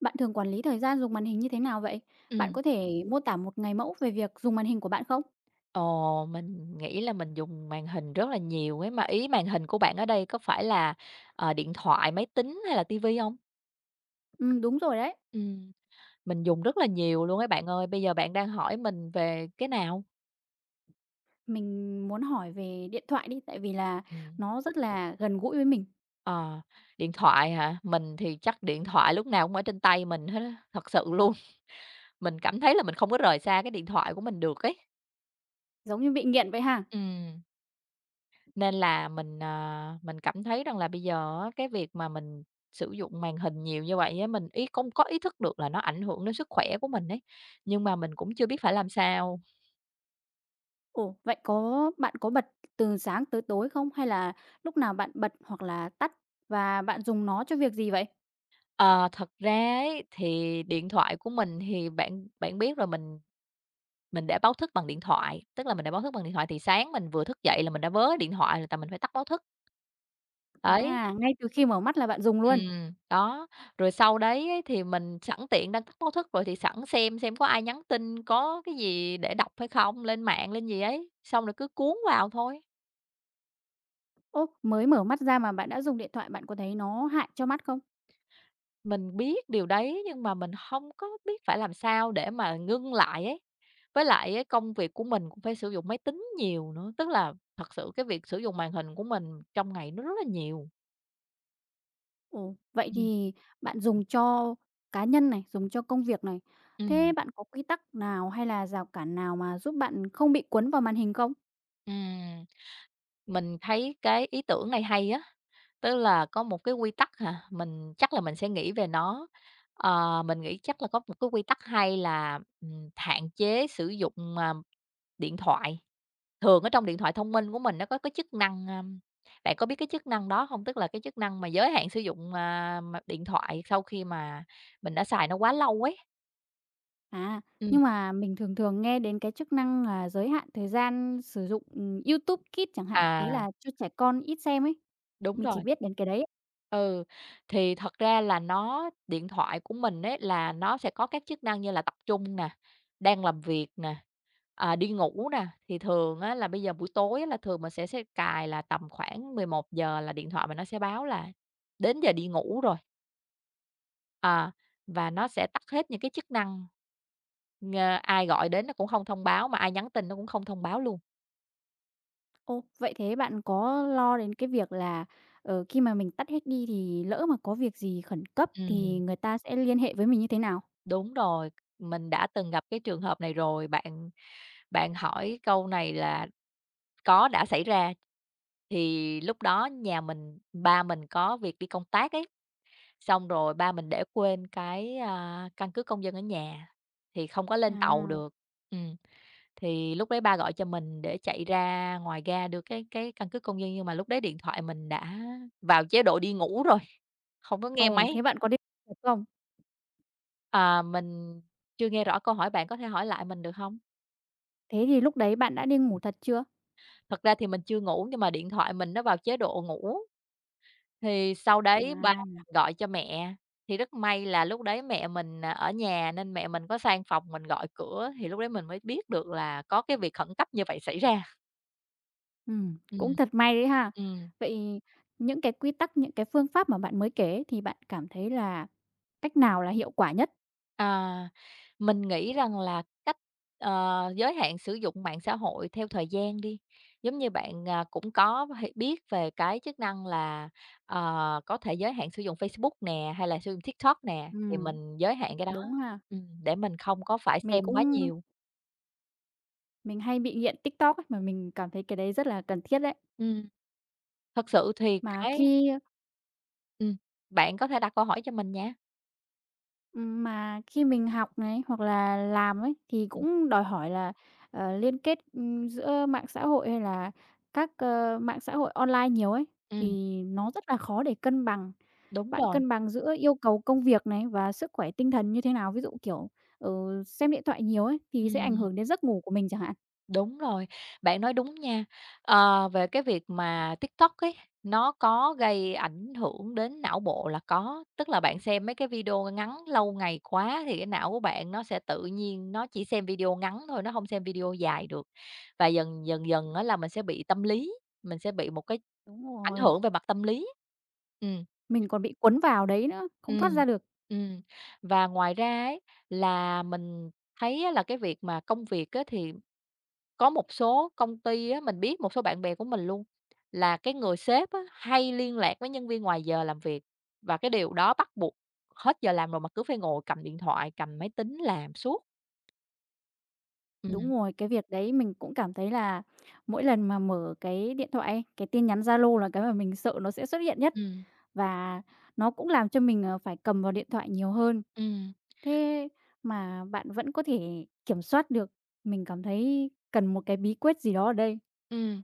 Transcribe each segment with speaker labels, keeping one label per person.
Speaker 1: Bạn thường quản lý thời gian dùng màn hình như thế nào vậy? Bạn
Speaker 2: Ừm.
Speaker 1: có thể mô tả một ngày mẫu về việc dùng màn hình của bạn không?
Speaker 2: Ồ, mình nghĩ là mình dùng màn hình rất là nhiều ấy, mà ý màn hình của bạn ở đây có phải là, điện thoại, máy tính hay là tivi không? Hông?
Speaker 1: Đúng rồi đấy.
Speaker 2: Mình dùng rất là nhiều luôn ấy bạn ơi. Bây giờ bạn đang hỏi mình về cái nào?
Speaker 1: Mình muốn hỏi về điện thoại đi, tại vì là
Speaker 2: Ừm.
Speaker 1: nó rất là gần gũi với mình,
Speaker 2: Ờ, Điện thoại hả? Mình thì chắc điện thoại lúc nào cũng ở trên tay mình hết á, thật sự luôn. Mình cảm thấy là mình không có rời xa cái điện thoại của mình được ấy.
Speaker 1: giống như bị nghiện vậy ha.
Speaker 2: Ừm. Nên là mình cảm thấy rằng là bây giờ á, cái việc mà mình sử dụng màn hình nhiều như vậy á, mình ý không có ý thức được là nó ảnh hưởng đến sức khỏe của mình ấy, nhưng mà mình cũng chưa biết phải làm sao.
Speaker 1: Ồ, vậy bạn có bật từ sáng tới tối không? Hay là lúc nào bạn bật hoặc là tắt và bạn dùng nó cho việc gì vậy?
Speaker 2: Ờ, Thật ra ấy, thì điện thoại của mình thì bạn bạn biết rồi, mình để báo thức bằng điện thoại, tức là mình để báo thức bằng điện thoại thì sáng mình vừa thức dậy là mình đã vớ điện thoại rồi tại mình phải tắt báo thức, đấy.
Speaker 1: À, ngay từ khi mở mắt là bạn dùng luôn.
Speaker 2: Đó, rồi sau đấy ấy thì mình sẵn tiện đang tắt báo thức rồi thì sẵn xem có ai nhắn tin, có cái gì để đọc hay không, lên mạng, lên gì ấy, xong rồi cứ cuốn vào thôi.
Speaker 1: Ô, mới mở mắt ra mà bạn đã dùng điện thoại, bạn có thấy nó hại cho mắt không?
Speaker 2: Mình biết điều đấy nhưng mà mình hông có biết phải làm sao để mà ngưng lại ấy. Với lại á công việc của mình cũng phải sử dụng máy tính nhiều nữa, tức là thật sự cái việc sử dụng màn hình của mình trong ngày nó rất là nhiều.
Speaker 1: Ồ, vậy
Speaker 2: Ừm,
Speaker 1: thì bạn dùng cho cá nhân này, dùng cho công việc này. Thế
Speaker 2: ừm,
Speaker 1: bạn có quy tắc nào hay là rào cản nào mà giúp bạn không bị cuốn vào màn hình không?
Speaker 2: ừm. Mình thấy cái ý tưởng này hay á. Tức là có một cái quy tắc hả? Mình chắc là mình sẽ nghĩ về nó. Mình nghĩ chắc là có một cái quy tắc hay là, hạn chế sử dụng, điện thoại. Thường ở trong điện thoại thông minh của mình nó có cái chức năng. Bạn có biết cái chức năng đó không? Tức là cái chức năng mà giới hạn sử dụng, mà điện thoại sau khi mà mình đã xài nó quá lâu ấy.
Speaker 1: À,
Speaker 2: Ừm.
Speaker 1: nhưng mà mình thường thường nghe đến cái chức năng là giới hạn thời gian sử dụng, YouTube Kids chẳng hạn, ý
Speaker 2: À,
Speaker 1: là cho trẻ con ít xem ấy,
Speaker 2: đúng
Speaker 1: mình chỉ
Speaker 2: rồi.
Speaker 1: biết đến cái đấy.
Speaker 2: Ừ, thì thật ra là nó điện thoại của mình ấy là nó sẽ có các chức năng như là tập trung nè, đang làm việc nè, đi ngủ nè, thì thường á là bây giờ buổi tối á là thường mình sẽ cài là tầm khoảng 11 giờ là điện thoại mình nó sẽ báo là đến giờ đi ngủ rồi. À, và nó sẽ tắt hết những cái chức năng, ờ, ai gọi đến nó cũng không thông báo, mà ai nhắn tin nó cũng không thông báo luôn.
Speaker 1: Ồ, vậy thế bạn có lo đến cái việc là, khi mà mình tắt hết đi thì lỡ mà có việc gì khẩn cấp thì
Speaker 2: Ừm.
Speaker 1: người ta sẽ liên hệ với mình như thế nào?
Speaker 2: Đúng rồi, mình đã từng gặp cái trường hợp này rồi bạn. Bạn hỏi câu này là có, đã xảy ra. Thì lúc đó nhà mình ba mình có việc đi công tác ấy, xong rồi ba mình để quên cái, căn cước công dân ở nhà, thì không có lên tàu
Speaker 1: À,
Speaker 2: được. Ừm, thì lúc đấy ba gọi cho mình để chạy ra ngoài ga đưa cái căn cước công dân, nhưng mà lúc đấy điện thoại mình đã vào chế độ đi ngủ rồi, không có nghe
Speaker 1: ồ,
Speaker 2: máy.
Speaker 1: thế bạn có đi không?
Speaker 2: À, mình chưa nghe rõ câu hỏi, bạn có thể hỏi lại mình được không?
Speaker 1: Thế thì lúc đấy bạn đã đi ngủ thật chưa?
Speaker 2: Thật ra thì mình chưa ngủ, nhưng mà điện thoại mình nó vào chế độ ngủ. Thì sau đấy ba
Speaker 1: À.
Speaker 2: mình gọi cho mẹ, thì rất may là lúc đấy mẹ mình, ở nhà nên mẹ mình có sang phòng mình gọi cửa, thì lúc đấy mình mới biết được là có cái việc khẩn cấp như vậy xảy ra. Ừm.
Speaker 1: Cũng thật may đấy ha.
Speaker 2: Ừm.
Speaker 1: Vậy những cái quy tắc, những cái phương pháp mà bạn mới kể ấy, thì bạn cảm thấy là cách nào là hiệu quả nhất?
Speaker 2: À, mình nghĩ rằng là cách, giới hạn sử dụng mạng xã hội theo thời gian đi. Giống như bạn, cũng có biết về cái chức năng là, có thể giới hạn sử dụng Facebook nè, hay là sử dụng TikTok nè, thì
Speaker 1: Ừm,
Speaker 2: mình giới hạn cái đó,
Speaker 1: đúng ha.
Speaker 2: để mình không có phải
Speaker 1: Mình
Speaker 2: xem quá
Speaker 1: cũng
Speaker 2: nhiều.
Speaker 1: mình hay bị nghiện TikTok ấy, mà mình cảm thấy cái đấy rất là cần thiết đấy.
Speaker 2: Ừm, thật sự thì
Speaker 1: Mà
Speaker 2: cái
Speaker 1: khi
Speaker 2: ừm, bạn có thể đặt câu hỏi cho mình nha.
Speaker 1: Mà khi mình học này, hoặc là làm ấy, thì
Speaker 2: Ừm,
Speaker 1: cũng đòi hỏi là, liên kết, giữa mạng xã hội hay là các, mạng xã hội online nhiều ấy, thì nó rất là khó để cân bằng.
Speaker 2: Đúng
Speaker 1: Bạn
Speaker 2: rồi,
Speaker 1: cân bằng giữa yêu cầu công việc này và sức khỏe tinh thần như thế nào? Ví dụ, kiểu, xem điện thoại nhiều ấy, thì sẽ ảnh
Speaker 2: ừm.
Speaker 1: hưởng đến giấc ngủ của mình chẳng hạn.
Speaker 2: Đúng rồi, bạn nói đúng nha. Về cái việc mà TikTok ấy, nó có gây ảnh hưởng đến não bộ là có. Tức là bạn xem mấy cái video ngắn lâu ngày quá thì cái não của bạn nó sẽ tự nhiên nó chỉ xem video ngắn thôi, nó không xem video dài được. Và dần dần dần á là mình sẽ bị tâm lý, mình sẽ bị một cái
Speaker 1: Đúng
Speaker 2: ảnh
Speaker 1: rồi,
Speaker 2: hưởng về mặt tâm lý. Ừm,
Speaker 1: mình còn bị cuốn vào đấy nữa, không
Speaker 2: ừm,
Speaker 1: thoát ra được.
Speaker 2: ừm. Và ngoài ra ấy, là mình thấy á là cái việc mà công việc á thì có một số công ty á, mình biết một số bạn bè của mình luôn, là cái người sếp á, hay liên lạc với nhân viên ngoài giờ làm việc, và cái điều đó bắt buộc hết giờ làm rồi mà cứ phải ngồi cầm điện thoại, cầm máy tính làm suốt.
Speaker 1: Đúng
Speaker 2: Ừm,
Speaker 1: rồi, cái việc đấy mình cũng cảm thấy là mỗi lần mà mở cái điện thoại ấy, cái tin nhắn Zalo là cái mà mình sợ nó sẽ xuất hiện nhất.
Speaker 2: ừm,
Speaker 1: Và nó cũng làm cho mình, phải cầm vào điện thoại nhiều hơn.
Speaker 2: ừm.
Speaker 1: Thế mà bạn vẫn có thể kiểm soát được, mình cảm thấy cần một cái bí quyết gì đó ở đây.
Speaker 2: Ừ,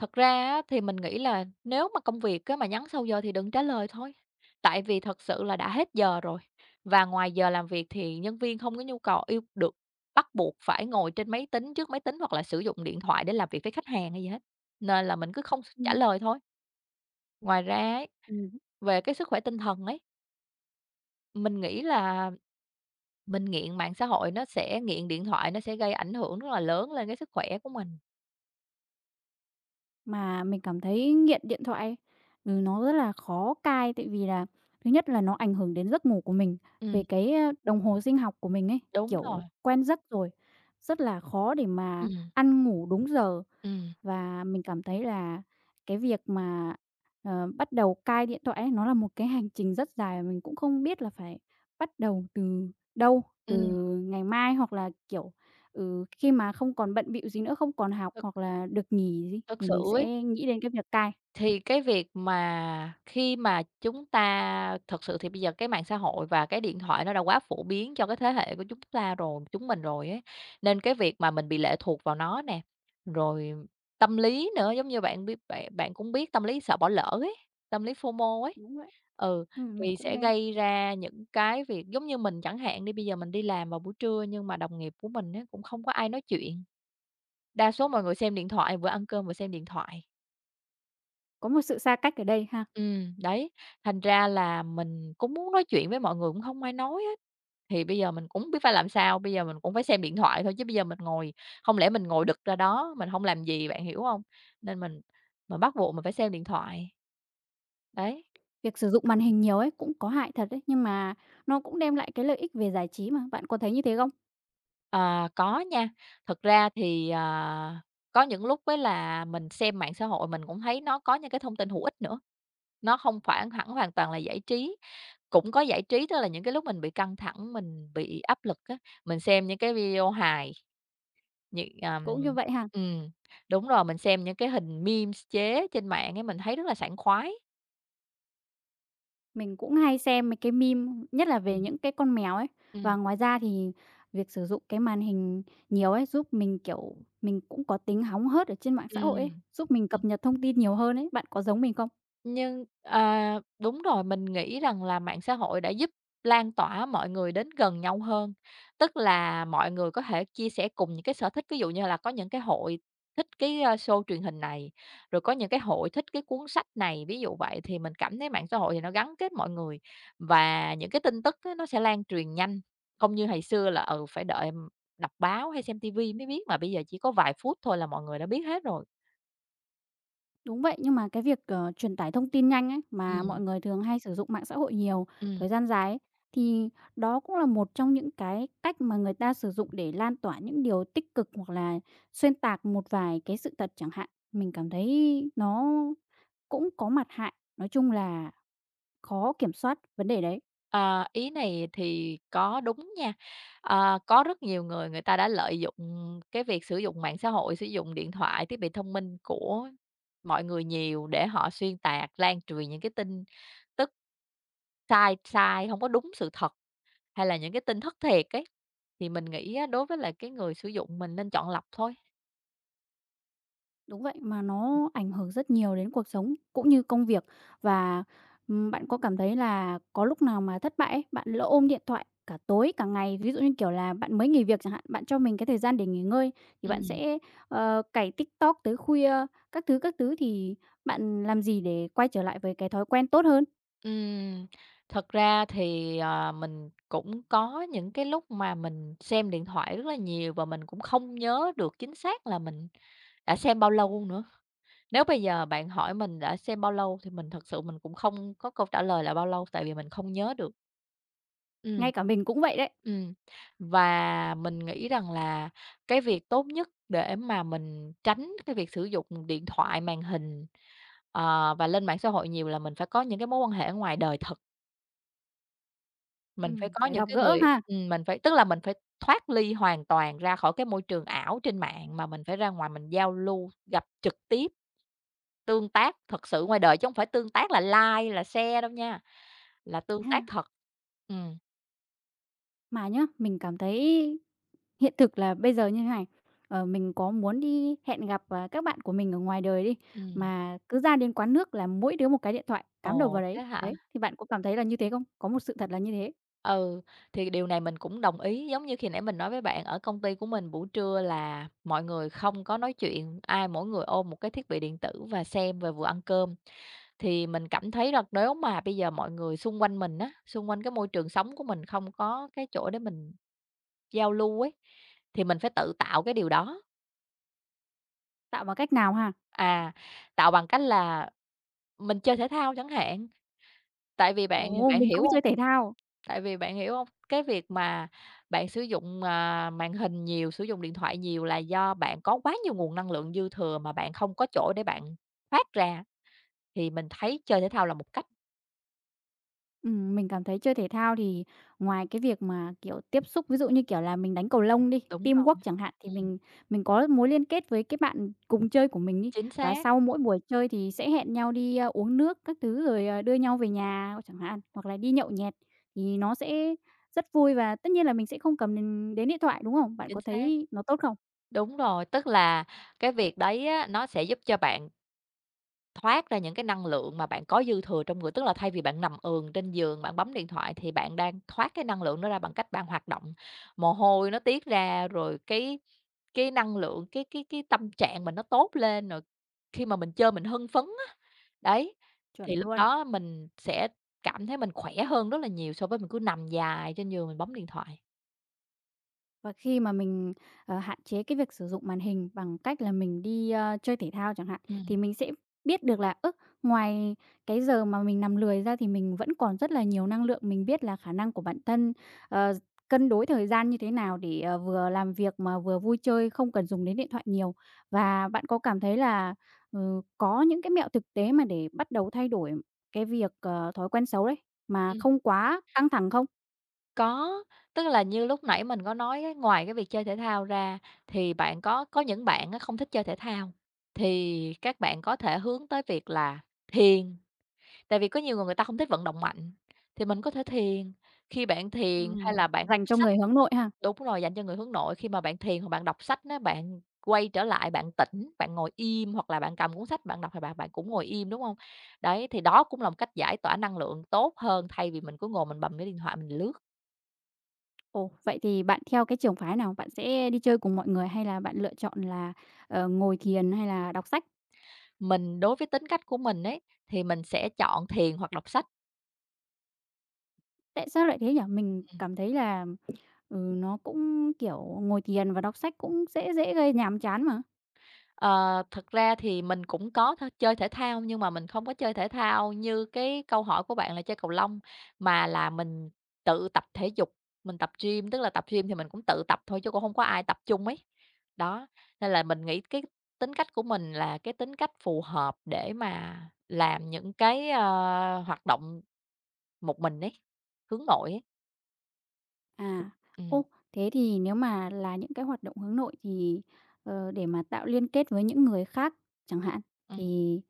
Speaker 2: thật ra á thì mình nghĩ là nếu mà công việc á mà nhắn sau giờ thì đừng trả lời thôi, tại vì thật sự là đã hết giờ rồi. Và ngoài giờ làm việc thì nhân viên không có nhu cầu yêu được bắt buộc phải ngồi trên máy tính, trước máy tính hoặc là sử dụng điện thoại để làm việc với khách hàng hay gì hết, nên là mình cứ không trả
Speaker 1: Ừm.
Speaker 2: lời thôi. Ngoài ra ấy, về cái sức khỏe tinh thần ấy, mình nghĩ là mình nghiện mạng xã hội nó sẽ nghiện điện thoại, nó sẽ gây ảnh hưởng rất là lớn lên cái sức khỏe của mình.
Speaker 1: Mà mình cảm thấy nghiện điện thoại, ấy, nó rất là khó cai, tại vì là thứ nhất là nó ảnh hưởng đến giấc ngủ của mình,
Speaker 2: Ừ,
Speaker 1: về cái, đồng hồ sinh học của mình ấy,
Speaker 2: đúng rồi.
Speaker 1: kiểu, quen giấc rồi, rất là khó để
Speaker 2: Ừ,
Speaker 1: mà ăn ngủ đúng giờ.
Speaker 2: ừ,
Speaker 1: Và mình cảm thấy là cái việc mà, bắt đầu cai điện thoại ấy, nó là một cái hành trình rất dài mình cũng không biết là phải bắt đầu từ đâu, từ
Speaker 2: ừm.
Speaker 1: ngày mai hoặc là, kiểu, khi mà không còn bận bịu gì nữa, không còn học hoặc là được nghỉ gì
Speaker 2: Thực
Speaker 1: thì
Speaker 2: sự
Speaker 1: mình
Speaker 2: ấy,
Speaker 1: sẽ nghĩ đến cái việc cai.
Speaker 2: thì cái việc mà khi mà chúng ta thực sự thì bây giờ cái mạng xã hội và cái điện thoại nó đã quá phổ biến cho cái thế hệ của chúng ta rồi chúng mình rồi ấy, nên cái việc mà mình bị lệ thuộc vào nó nè, rồi tâm lý nữa, giống như bạn biết bạn bạn cũng biết tâm lý sợ bỏ lỡ ấy, tâm lý FOMO ấy.
Speaker 1: Đúng vậy.
Speaker 2: Ừ,
Speaker 1: Mình
Speaker 2: thì
Speaker 1: cũng
Speaker 2: sẽ
Speaker 1: nghe
Speaker 2: gây ra những cái việc giống như mình chẳng hạn đi, bây giờ mình đi làm vào buổi trưa nhưng mà đồng nghiệp của mình á, cũng không có ai nói chuyện, đa số mọi người xem điện thoại, vừa ăn cơm vừa xem điện thoại.
Speaker 1: có một sự xa cách ở đây ha.
Speaker 2: Đấy, thành ra là mình cũng muốn nói chuyện với mọi người cũng không ai nói hết. Thì bây giờ mình cũng biết phải làm sao, bây giờ mình cũng phải xem điện thoại thôi chứ bây giờ mình ngồi không lẽ mình ngồi đực ra đó, mình không làm gì, bạn hiểu không? Nên mình bắt buộc mình phải xem điện thoại. Đấy,
Speaker 1: Việc sử dụng màn hình nhiều ấy cũng có hại thật đấy, nhưng mà nó cũng đem lại cái lợi ích về giải trí mà, bạn có thấy như thế không?
Speaker 2: ờ, có nha, thực ra thì, có những lúc với là mình xem mạng xã hội mình cũng thấy nó có những cái thông tin hữu ích nữa. Nó không phản hẳn hoàn toàn là giải trí, cũng có giải trí, tức là những cái lúc mình bị căng thẳng, mình bị áp lực á, mình xem những cái video hài, những, ờm
Speaker 1: Cũng như vậy ha?
Speaker 2: ừm, đúng rồi, mình xem những cái hình memes chế trên mạng ấy, mình thấy rất là sảng khoái.
Speaker 1: Mình cũng hay xem mấy cái meme, nhất là về
Speaker 2: Ừm,
Speaker 1: những cái con mèo ấy.
Speaker 2: ừm,
Speaker 1: Và ngoài ra thì việc sử dụng cái màn hình nhiều ấy, giúp mình, kiểu, mình cũng có tính hóng hớt ở trên mạng xã hội
Speaker 2: ừm.
Speaker 1: ấy, giúp mình cập nhật thông tin nhiều hơn ấy. Bạn có giống mình không?
Speaker 2: Nhưng đúng rồi, mình nghĩ rằng là mạng xã hội đã giúp lan tỏa mọi người đến gần nhau hơn. Tức là mọi người có thể chia sẻ cùng những cái sở thích, ví dụ như là có những cái hội thích cái, show truyền hình này, rồi có những cái hội thích cái cuốn sách này, ví dụ vậy. Thì mình cảm thấy mạng xã hội thì nó gắn kết mọi người và những cái tin tức á nó sẽ lan truyền nhanh, không như hồi xưa là, phải đợi, đọc báo hay xem tivi mới biết, mà bây giờ chỉ có vài phút thôi là mọi người đã biết hết rồi.
Speaker 1: Đúng vậy, nhưng mà cái việc, truyền tải thông tin nhanh ấy, mà
Speaker 2: Ừm,
Speaker 1: mọi người thường hay sử dụng mạng xã hội nhiều,
Speaker 2: ừm.
Speaker 1: thời gian dài ấy, thì đó cũng là một trong những cái cách mà người ta sử dụng để lan tỏa những điều tích cực hoặc là xuyên tạc một vài cái sự thật chẳng hạn. Mình cảm thấy nó cũng có mặt hại, nói chung là khó kiểm soát vấn đề đấy.
Speaker 2: Ờ, ý này thì có đúng nha. Có rất nhiều người người ta đã lợi dụng cái việc sử dụng mạng xã hội, sử dụng điện thoại, thiết bị thông minh của mọi người nhiều để họ xuyên tạc, lan truyền những cái tin tức sai sai, không có đúng sự thật, hay là những cái tin thất thiệt ấy. Thì mình nghĩ á, đối với lại cái người sử dụng mình nên chọn lọc thôi.
Speaker 1: Đúng vậy, mà nó ảnh hưởng rất nhiều đến cuộc sống cũng như công việc. Và, bạn có cảm thấy là có lúc nào mà thất bại ấy, bạn lỡ ôm điện thoại cả tối, cả ngày, ví dụ như, kiểu là, bạn mới nghỉ việc chẳng hạn, bạn cho mình cái thời gian để nghỉ ngơi thì bạn
Speaker 2: Ừm.
Speaker 1: sẽ, cày TikTok tới khuya các thứ, thì bạn làm gì để quay trở lại với cái thói quen tốt hơn?
Speaker 2: Ừm, thật ra thì, mình cũng có những cái lúc mà mình xem điện thoại rất là nhiều và mình cũng không nhớ được chính xác là mình đã xem bao lâu nữa. Nếu bây giờ bạn hỏi mình đã xem bao lâu thì mình thật sự mình cũng không có câu trả lời là bao lâu, tại vì mình không nhớ được. Ừm.
Speaker 1: Ngay cả mình cũng vậy đấy.
Speaker 2: Ừm, và mình nghĩ rằng là cái việc tốt nhất để mà mình tránh cái việc sử dụng điện thoại, màn hình, và lên mạng xã hội nhiều là mình phải có những cái mối quan hệ ở ngoài đời thật. Mình phải có
Speaker 1: Phải
Speaker 2: những
Speaker 1: gặp
Speaker 2: cái
Speaker 1: gỡ
Speaker 2: người
Speaker 1: ha.
Speaker 2: mình phải tức là mình phải thoát ly hoàn toàn ra khỏi cái môi trường ảo trên mạng, mà mình phải ra ngoài mình giao lưu, gặp trực tiếp, tương tác thật sự ngoài đời, chứ không phải tương tác là like, là share đâu nha, là tương tác thật. Ừm,
Speaker 1: Mà nhá, mình cảm thấy hiện thực là bây giờ như thế này, mình có muốn đi hẹn gặp, à, các bạn của mình ở ngoài đời đi,
Speaker 2: ừm.
Speaker 1: mà cứ ra đến quán nước là mỗi đứa một cái điện thoại, cắm đầu
Speaker 2: Ồ,
Speaker 1: vào đấy.
Speaker 2: thế hả?
Speaker 1: Đấy, thì bạn có cảm thấy là như thế không? Có một sự thật là như thế.
Speaker 2: Ừ, thì điều này mình cũng đồng ý, giống như khi nãy mình nói với bạn ở công ty của mình buổi trưa là mọi người không có nói chuyện, ai mỗi người ôm một cái thiết bị điện tử và xem và vừa ăn cơm. Thì mình cảm thấy là nếu mà bây giờ mọi người xung quanh mình á, xung quanh cái môi trường sống của mình không có cái chỗ để mình giao lưu ấy, thì mình phải tự tạo cái điều đó.
Speaker 1: Tạo bằng cách nào ha?
Speaker 2: À, tạo bằng cách là mình chơi thể thao chẳng hạn, tại vì bạn
Speaker 1: Ồ,
Speaker 2: bạn
Speaker 1: mình
Speaker 2: hiểu
Speaker 1: cũng
Speaker 2: không?
Speaker 1: chơi thể thao.
Speaker 2: Tại vì bạn hiểu không? Cái việc mà bạn sử dụng, màn hình nhiều, sử dụng điện thoại nhiều là do bạn có quá nhiều nguồn năng lượng dư thừa mà bạn không có chỗ để bạn phát ra, thì mình thấy chơi thể thao là một cách.
Speaker 1: Mình cảm thấy chơi thể thao thì ngoài cái việc mà, kiểu, tiếp xúc, ví dụ như, kiểu là, mình đánh cầu lông đi,
Speaker 2: Đúng rồi,
Speaker 1: teamwork chẳng hạn, thì
Speaker 2: ừm,
Speaker 1: mình có mối liên kết với cái bạn cùng chơi của mình đi.
Speaker 2: chính
Speaker 1: Và
Speaker 2: xác,
Speaker 1: sau mỗi buổi chơi thì sẽ hẹn nhau đi, uống nước các thứ rồi, đưa nhau về nhà chẳng hạn, hoặc là đi nhậu nhẹt thì nó sẽ rất vui và tất nhiên là mình sẽ không cầm đến đến điện thoại, đúng không? Bạn
Speaker 2: chính
Speaker 1: có
Speaker 2: xác.
Speaker 1: thấy nó tốt không?
Speaker 2: Đúng rồi, tức là cái việc đấy á, nó sẽ giúp cho bạn thoát ra những cái năng lượng mà bạn có dư thừa trong người. Tức là thay vì bạn nằm ườn trên giường, bạn bấm điện thoại thì bạn đang thoát cái năng lượng đó ra bằng cách bạn hoạt động. Mồ hôi nó tiết ra, rồi cái năng lượng, cái tâm trạng mình nó tốt lên, rồi khi mà mình chơi mình hưng phấn á, đấy, thì
Speaker 1: Chuẩn
Speaker 2: lúc
Speaker 1: luôn.
Speaker 2: đó mình sẽ cảm thấy mình khỏe hơn rất là nhiều so với mình cứ nằm dài trên giường mình bấm điện thoại.
Speaker 1: Và khi mà mình, hạn chế cái việc sử dụng màn hình bằng cách là mình đi, chơi thể thao chẳng hạn,
Speaker 2: Ừm,
Speaker 1: thì mình sẽ biết được là, ngoài cái giờ mà mình nằm lười ra thì mình vẫn còn rất là nhiều năng lượng. Mình biết là khả năng của bản thân, ờ, cân đối thời gian như thế nào để, vừa làm việc mà vừa vui chơi, không cần dùng đến điện thoại nhiều. Và bạn có cảm thấy là, có những cái mẹo thực tế mà để bắt đầu thay đổi cái việc, thói quen xấu đấy, mà
Speaker 2: ừm.
Speaker 1: không quá căng thẳng không?
Speaker 2: Có, tức là như lúc nãy mình có nói á, ngoài cái việc chơi thể thao ra thì bạn có những bạn á không thích chơi thể thao, thì các bạn có thể hướng tới việc là thiền, tại vì có nhiều người người ta không thích vận động mạnh, thì mình có thể thiền. Khi bạn thiền hay là bạn đọc
Speaker 1: Dành cho
Speaker 2: sách
Speaker 1: người hướng nội ha.
Speaker 2: đúng rồi, dành cho người hướng nội, khi mà bạn thiền hoặc bạn đọc sách á, bạn quay trở lại, bạn tĩnh, bạn ngồi im hoặc là bạn cầm cuốn sách bạn đọc thì bạn bạn cũng ngồi im, đúng không? Đấy, thì đó cũng là một cách giải tỏa năng lượng tốt hơn thay vì mình cứ ngồi mình bầm cái điện thoại mình lướt.
Speaker 1: Ồ, vậy thì bạn theo cái trường phái nào? Bạn sẽ đi chơi cùng mọi người hay là bạn lựa chọn là, ngồi thiền hay là đọc sách?
Speaker 2: Mình đối với tính cách của mình ấy, thì mình sẽ chọn thiền hoặc đọc sách.
Speaker 1: Tại sao lại thế nhỉ? Mình
Speaker 2: Ừm,
Speaker 1: cảm thấy là, nó cũng, kiểu, ngồi thiền và đọc sách cũng dễ dễ gây nhàm chán mà.
Speaker 2: ờ, thực ra thì mình cũng có th chơi thể thao, nhưng mà mình không có chơi thể thao như cái câu hỏi của bạn là chơi cầu lông, mà là mình tự tập thể dục, mình tập gym, tức là tập gym thì mình cũng tự tập thôi chứ cũng không có ai tập chung ấy. Đó, nên là mình nghĩ cái tính cách của mình là cái tính cách phù hợp để mà làm những cái, hoạt động một mình ấy, hướng nội ấy.
Speaker 1: À,
Speaker 2: Ừm,
Speaker 1: ô, thế thì nếu mà là những cái hoạt động hướng nội thì, để mà tạo liên kết với những người khác chẳng hạn, thì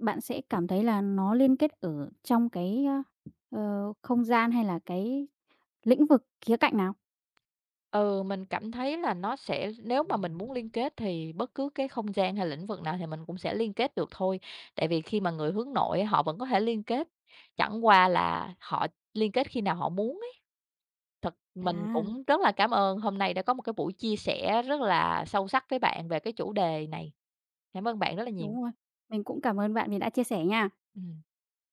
Speaker 1: bạn sẽ cảm thấy là nó liên kết ở trong cái, không gian hay là cái lĩnh vực khía cạnh nào?
Speaker 2: Ừ, mình cảm thấy là nó sẽ nếu mà mình muốn liên kết thì bất cứ cái không gian hay lĩnh vực nào thì mình cũng sẽ liên kết được thôi. Tại vì khi mà người hướng nội á, họ vẫn có thể liên kết, chẳng qua là họ liên kết khi nào họ muốn ấy. Thật
Speaker 1: À.
Speaker 2: mình cũng rất là cảm ơn hôm nay đã có một cái buổi chia sẻ rất là sâu sắc với bạn về cái chủ đề này. Cảm ơn bạn rất là nhiều.
Speaker 1: Đúng rồi. Mình cũng cảm ơn bạn vì đã chia sẻ nha.
Speaker 2: Ừ.